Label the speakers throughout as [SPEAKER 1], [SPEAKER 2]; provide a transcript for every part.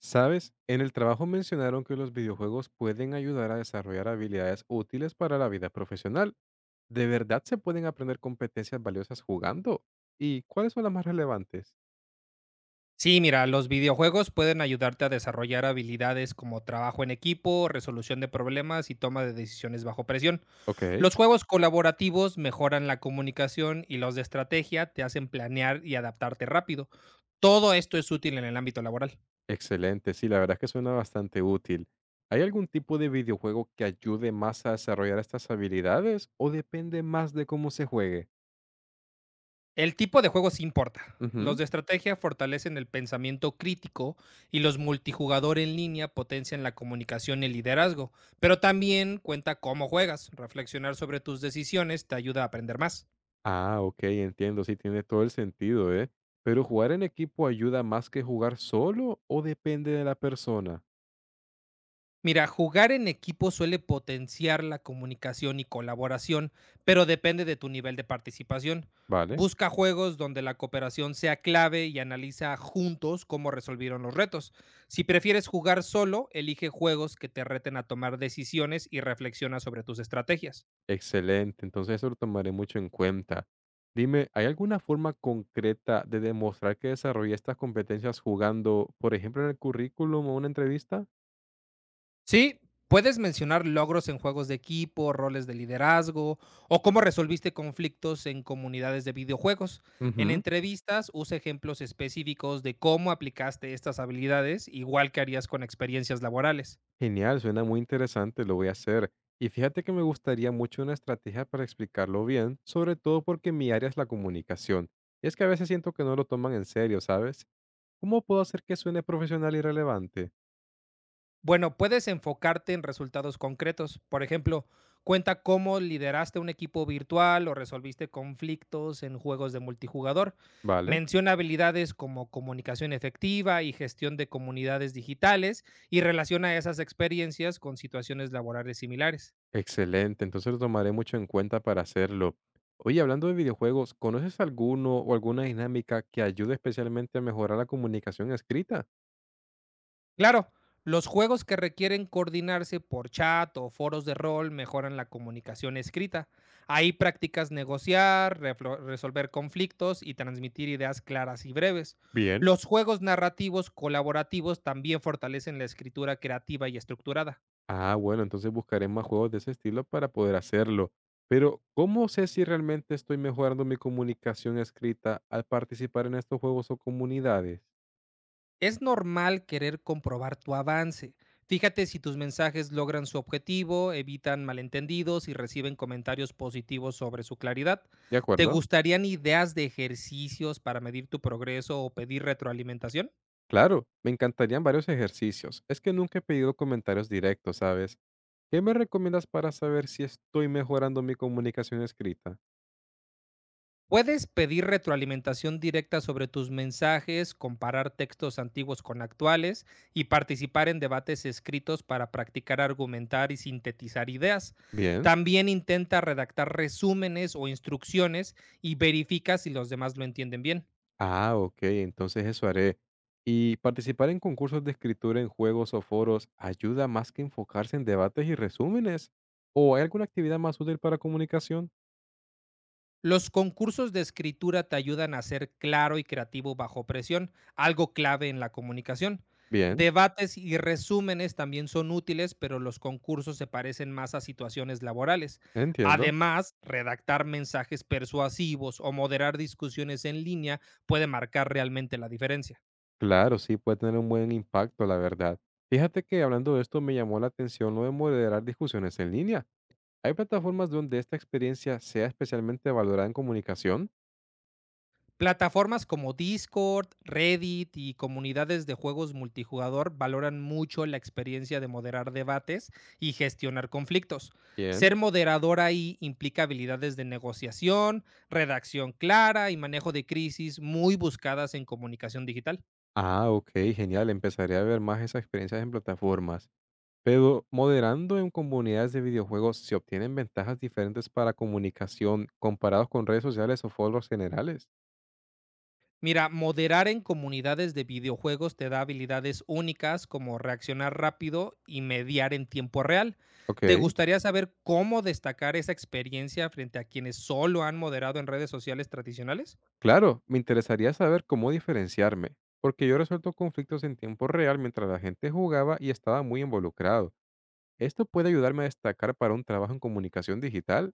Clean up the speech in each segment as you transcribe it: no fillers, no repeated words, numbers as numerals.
[SPEAKER 1] ¿Sabes? En el trabajo mencionaron que los videojuegos pueden ayudar a desarrollar habilidades útiles para la vida profesional. ¿De verdad se pueden aprender competencias valiosas jugando? ¿Y cuáles son las más relevantes?
[SPEAKER 2] Sí, mira, los videojuegos pueden ayudarte a desarrollar habilidades como trabajo en equipo, resolución de problemas y toma de decisiones bajo presión.
[SPEAKER 1] Ok,
[SPEAKER 2] Los juegos colaborativos mejoran la comunicación y los de estrategia te hacen planear y adaptarte rápido. Todo esto es útil en el ámbito laboral.
[SPEAKER 1] excelente. Sí, la verdad es que suena bastante útil. ¿Hay algún tipo de videojuego que ayude más a desarrollar estas habilidades o depende más de cómo se juegue?
[SPEAKER 2] El tipo de juego sí importa. Los
[SPEAKER 1] Ujú.
[SPEAKER 2] de estrategia fortalecen el pensamiento crítico y los multijugador en línea potencian la comunicación y el liderazgo, pero también cuenta cómo juegas. Reflexionar sobre tus decisiones te ayuda a aprender más.
[SPEAKER 1] Ah, ok, entiendo. Sí, tiene todo el sentido, ¿eh? ¿Pero jugar en equipo ayuda más que jugar solo o depende de la persona?
[SPEAKER 2] Mira, jugar en equipo suele potenciar la comunicación y colaboración, pero depende de tu nivel de participación.
[SPEAKER 1] Vale,
[SPEAKER 2] Busca juegos donde la cooperación sea clave y analiza juntos cómo resolvieron los retos. Si prefieres jugar solo, elige juegos que te reten a tomar decisiones y reflexiona sobre tus estrategias.
[SPEAKER 1] excelente. Entonces eso lo tomaré mucho en cuenta. Dime, ¿hay alguna forma concreta de demostrar que desarrollé estas competencias jugando, por ejemplo, en el currículum o una entrevista?
[SPEAKER 2] Sí, puedes mencionar logros en juegos de equipo, roles de liderazgo o cómo resolviste conflictos en comunidades de videojuegos. En
[SPEAKER 1] Ujú.
[SPEAKER 2] entrevistas, usa ejemplos específicos de cómo aplicaste estas habilidades, igual que harías con experiencias laborales.
[SPEAKER 1] Genial, suena muy interesante, lo voy a hacer. Y fíjate que me gustaría mucho una estrategia para explicarlo bien, sobre todo porque mi área es la comunicación. Y es que a veces siento que no lo toman en serio, ¿sabes? ¿Cómo puedo hacer que suene profesional y relevante?
[SPEAKER 2] Bueno, puedes enfocarte en resultados concretos. Por ejemplo, cuenta cómo lideraste un equipo virtual o resolviste conflictos en juegos de multijugador.
[SPEAKER 1] Vale.
[SPEAKER 2] Menciona habilidades como comunicación efectiva y gestión de comunidades digitales y relaciona esas experiencias con situaciones laborales similares.
[SPEAKER 1] Excelente, entonces lo tomaré mucho en cuenta para hacerlo. Oye, hablando de videojuegos, ¿conoces alguno o alguna dinámica que ayude especialmente a mejorar la comunicación escrita?
[SPEAKER 2] Claro, los juegos que requieren coordinarse por chat o foros de rol mejoran la comunicación escrita. Ahí practicas negociar, resolver conflictos y transmitir ideas claras y breves.
[SPEAKER 1] Bien.
[SPEAKER 2] Los juegos narrativos colaborativos también fortalecen la escritura creativa y estructurada.
[SPEAKER 1] Ah, bueno, entonces buscaré más juegos de ese estilo para poder hacerlo. Pero, ¿cómo sé si realmente estoy mejorando mi comunicación escrita al participar en estos juegos o comunidades?
[SPEAKER 2] Es normal querer comprobar tu avance. Fíjate si tus mensajes logran su objetivo, evitan malentendidos y reciben comentarios positivos sobre su claridad.
[SPEAKER 1] ¿De
[SPEAKER 2] ¿Te
[SPEAKER 1] acuerdo?
[SPEAKER 2] gustarían ideas de ejercicios para medir tu progreso o pedir retroalimentación?
[SPEAKER 1] Claro, me encantarían varios ejercicios. Es que nunca he pedido comentarios directos, ¿sabes? ¿Qué me recomiendas para saber si estoy mejorando mi comunicación escrita?
[SPEAKER 2] Puedes pedir retroalimentación directa sobre tus mensajes, comparar textos antiguos con actuales y participar en debates escritos para practicar argumentar y sintetizar ideas.
[SPEAKER 1] Bien.
[SPEAKER 2] También intenta redactar resúmenes o instrucciones y verifica si los demás lo entienden bien.
[SPEAKER 1] Ah, ok, entonces eso haré. ¿Y participar en concursos de escritura en juegos o foros ayuda más que enfocarse en debates y resúmenes? ¿O hay alguna actividad más útil para comunicación?
[SPEAKER 2] Los concursos de escritura te ayudan a ser claro y creativo bajo presión, algo clave en la comunicación.
[SPEAKER 1] Bien,
[SPEAKER 2] Debates y resúmenes también son útiles, pero los concursos se parecen más a situaciones laborales.
[SPEAKER 1] entiendo.
[SPEAKER 2] Además, redactar mensajes persuasivos o moderar discusiones en línea puede marcar realmente la diferencia.
[SPEAKER 1] Claro, sí, puede tener un buen impacto, la verdad. Fíjate que hablando de esto me llamó la atención lo de moderar discusiones en línea. ¿Hay plataformas donde esta experiencia sea especialmente valorada en comunicación?
[SPEAKER 2] Plataformas como Discord, Reddit y comunidades de juegos multijugador valoran mucho la experiencia de moderar debates y gestionar conflictos.
[SPEAKER 1] Bien.
[SPEAKER 2] Ser moderador ahí implica habilidades de negociación, redacción clara y manejo de crisis muy buscadas en comunicación digital.
[SPEAKER 1] Ah, ok, genial. Empezaré a ver más esas experiencias en plataformas. Pero moderando en comunidades de videojuegos, ¿se obtienen ventajas diferentes para comunicación comparados con redes sociales o foros generales?
[SPEAKER 2] Mira, moderar en comunidades de videojuegos te da habilidades únicas como reaccionar rápido y mediar en tiempo real.
[SPEAKER 1] Ok,
[SPEAKER 2] ¿Te gustaría saber cómo destacar esa experiencia frente a quienes solo han moderado en redes sociales tradicionales?
[SPEAKER 1] claro, me interesaría saber cómo diferenciarme, porque yo resuelto conflictos en tiempo real mientras la gente jugaba y estaba muy involucrado. ¿Esto puede ayudarme a destacar para un trabajo en comunicación digital?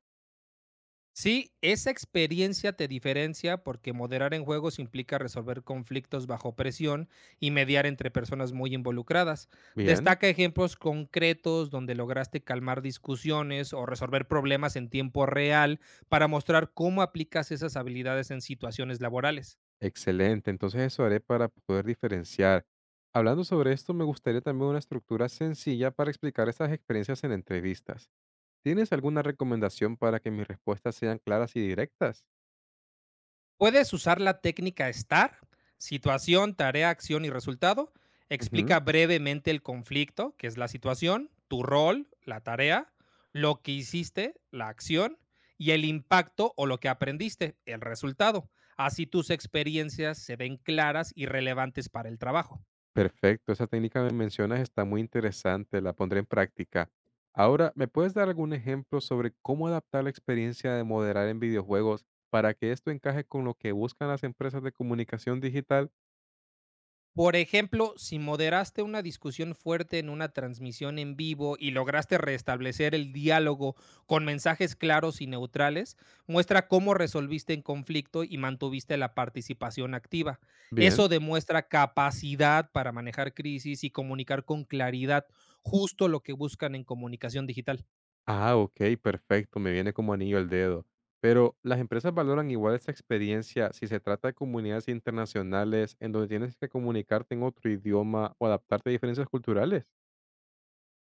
[SPEAKER 2] Sí, esa experiencia te diferencia porque moderar en juegos implica resolver conflictos bajo presión y mediar entre personas muy involucradas.
[SPEAKER 1] Bien,
[SPEAKER 2] Destaca ejemplos concretos donde lograste calmar discusiones o resolver problemas en tiempo real para mostrar cómo aplicas esas habilidades en situaciones laborales.
[SPEAKER 1] excelente, entonces eso haré para poder diferenciar. Hablando sobre esto, me gustaría también una estructura sencilla para explicar estas experiencias en entrevistas. ¿Tienes alguna recomendación para que mis respuestas sean claras y directas?
[SPEAKER 2] Puedes usar la técnica STAR, situación, tarea, acción y resultado.
[SPEAKER 1] Ujú,
[SPEAKER 2] Explica brevemente el conflicto, que es la situación, tu rol, la tarea, lo que hiciste, la acción, y el impacto o lo que aprendiste, el resultado. Así tus experiencias se ven claras y relevantes para el trabajo.
[SPEAKER 1] perfecto, esa técnica que mencionas está muy interesante, la pondré en práctica. Ahora, ¿me puedes dar algún ejemplo sobre cómo adaptar la experiencia de moderar en videojuegos para que esto encaje con lo que buscan las empresas de comunicación digital?
[SPEAKER 2] Por ejemplo, si moderaste una discusión fuerte en una transmisión en vivo y lograste restablecer el diálogo con mensajes claros y neutrales, muestra cómo resolviste el conflicto y mantuviste la participación activa. Eso
[SPEAKER 1] Bien.
[SPEAKER 2] demuestra capacidad para manejar crisis y comunicar con claridad, justo lo que buscan en comunicación digital.
[SPEAKER 1] Ah, ok, perfecto, me viene como anillo al dedo. Pero las empresas valoran igual esa experiencia si se trata de comunidades internacionales en donde tienes que comunicarte en otro idioma o adaptarte a diferencias culturales.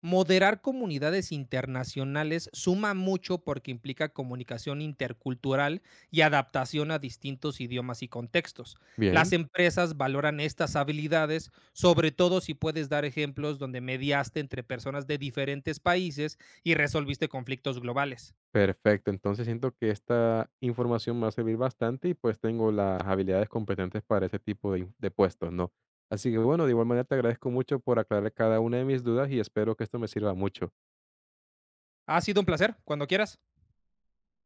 [SPEAKER 2] Moderar comunidades internacionales suma mucho porque implica comunicación intercultural y adaptación a distintos idiomas y contextos.
[SPEAKER 1] Bien,
[SPEAKER 2] Las empresas valoran estas habilidades, sobre todo si puedes dar ejemplos donde mediaste entre personas de diferentes países y resolviste conflictos globales.
[SPEAKER 1] perfecto. Entonces siento que esta información me va a servir bastante y pues tengo las habilidades competentes para ese tipo de, de puestos, ¿no? Así que bueno, de igual manera te agradezco mucho por aclarar cada una de mis dudas y espero que esto me sirva mucho.
[SPEAKER 2] Ha sido un placer, cuando quieras.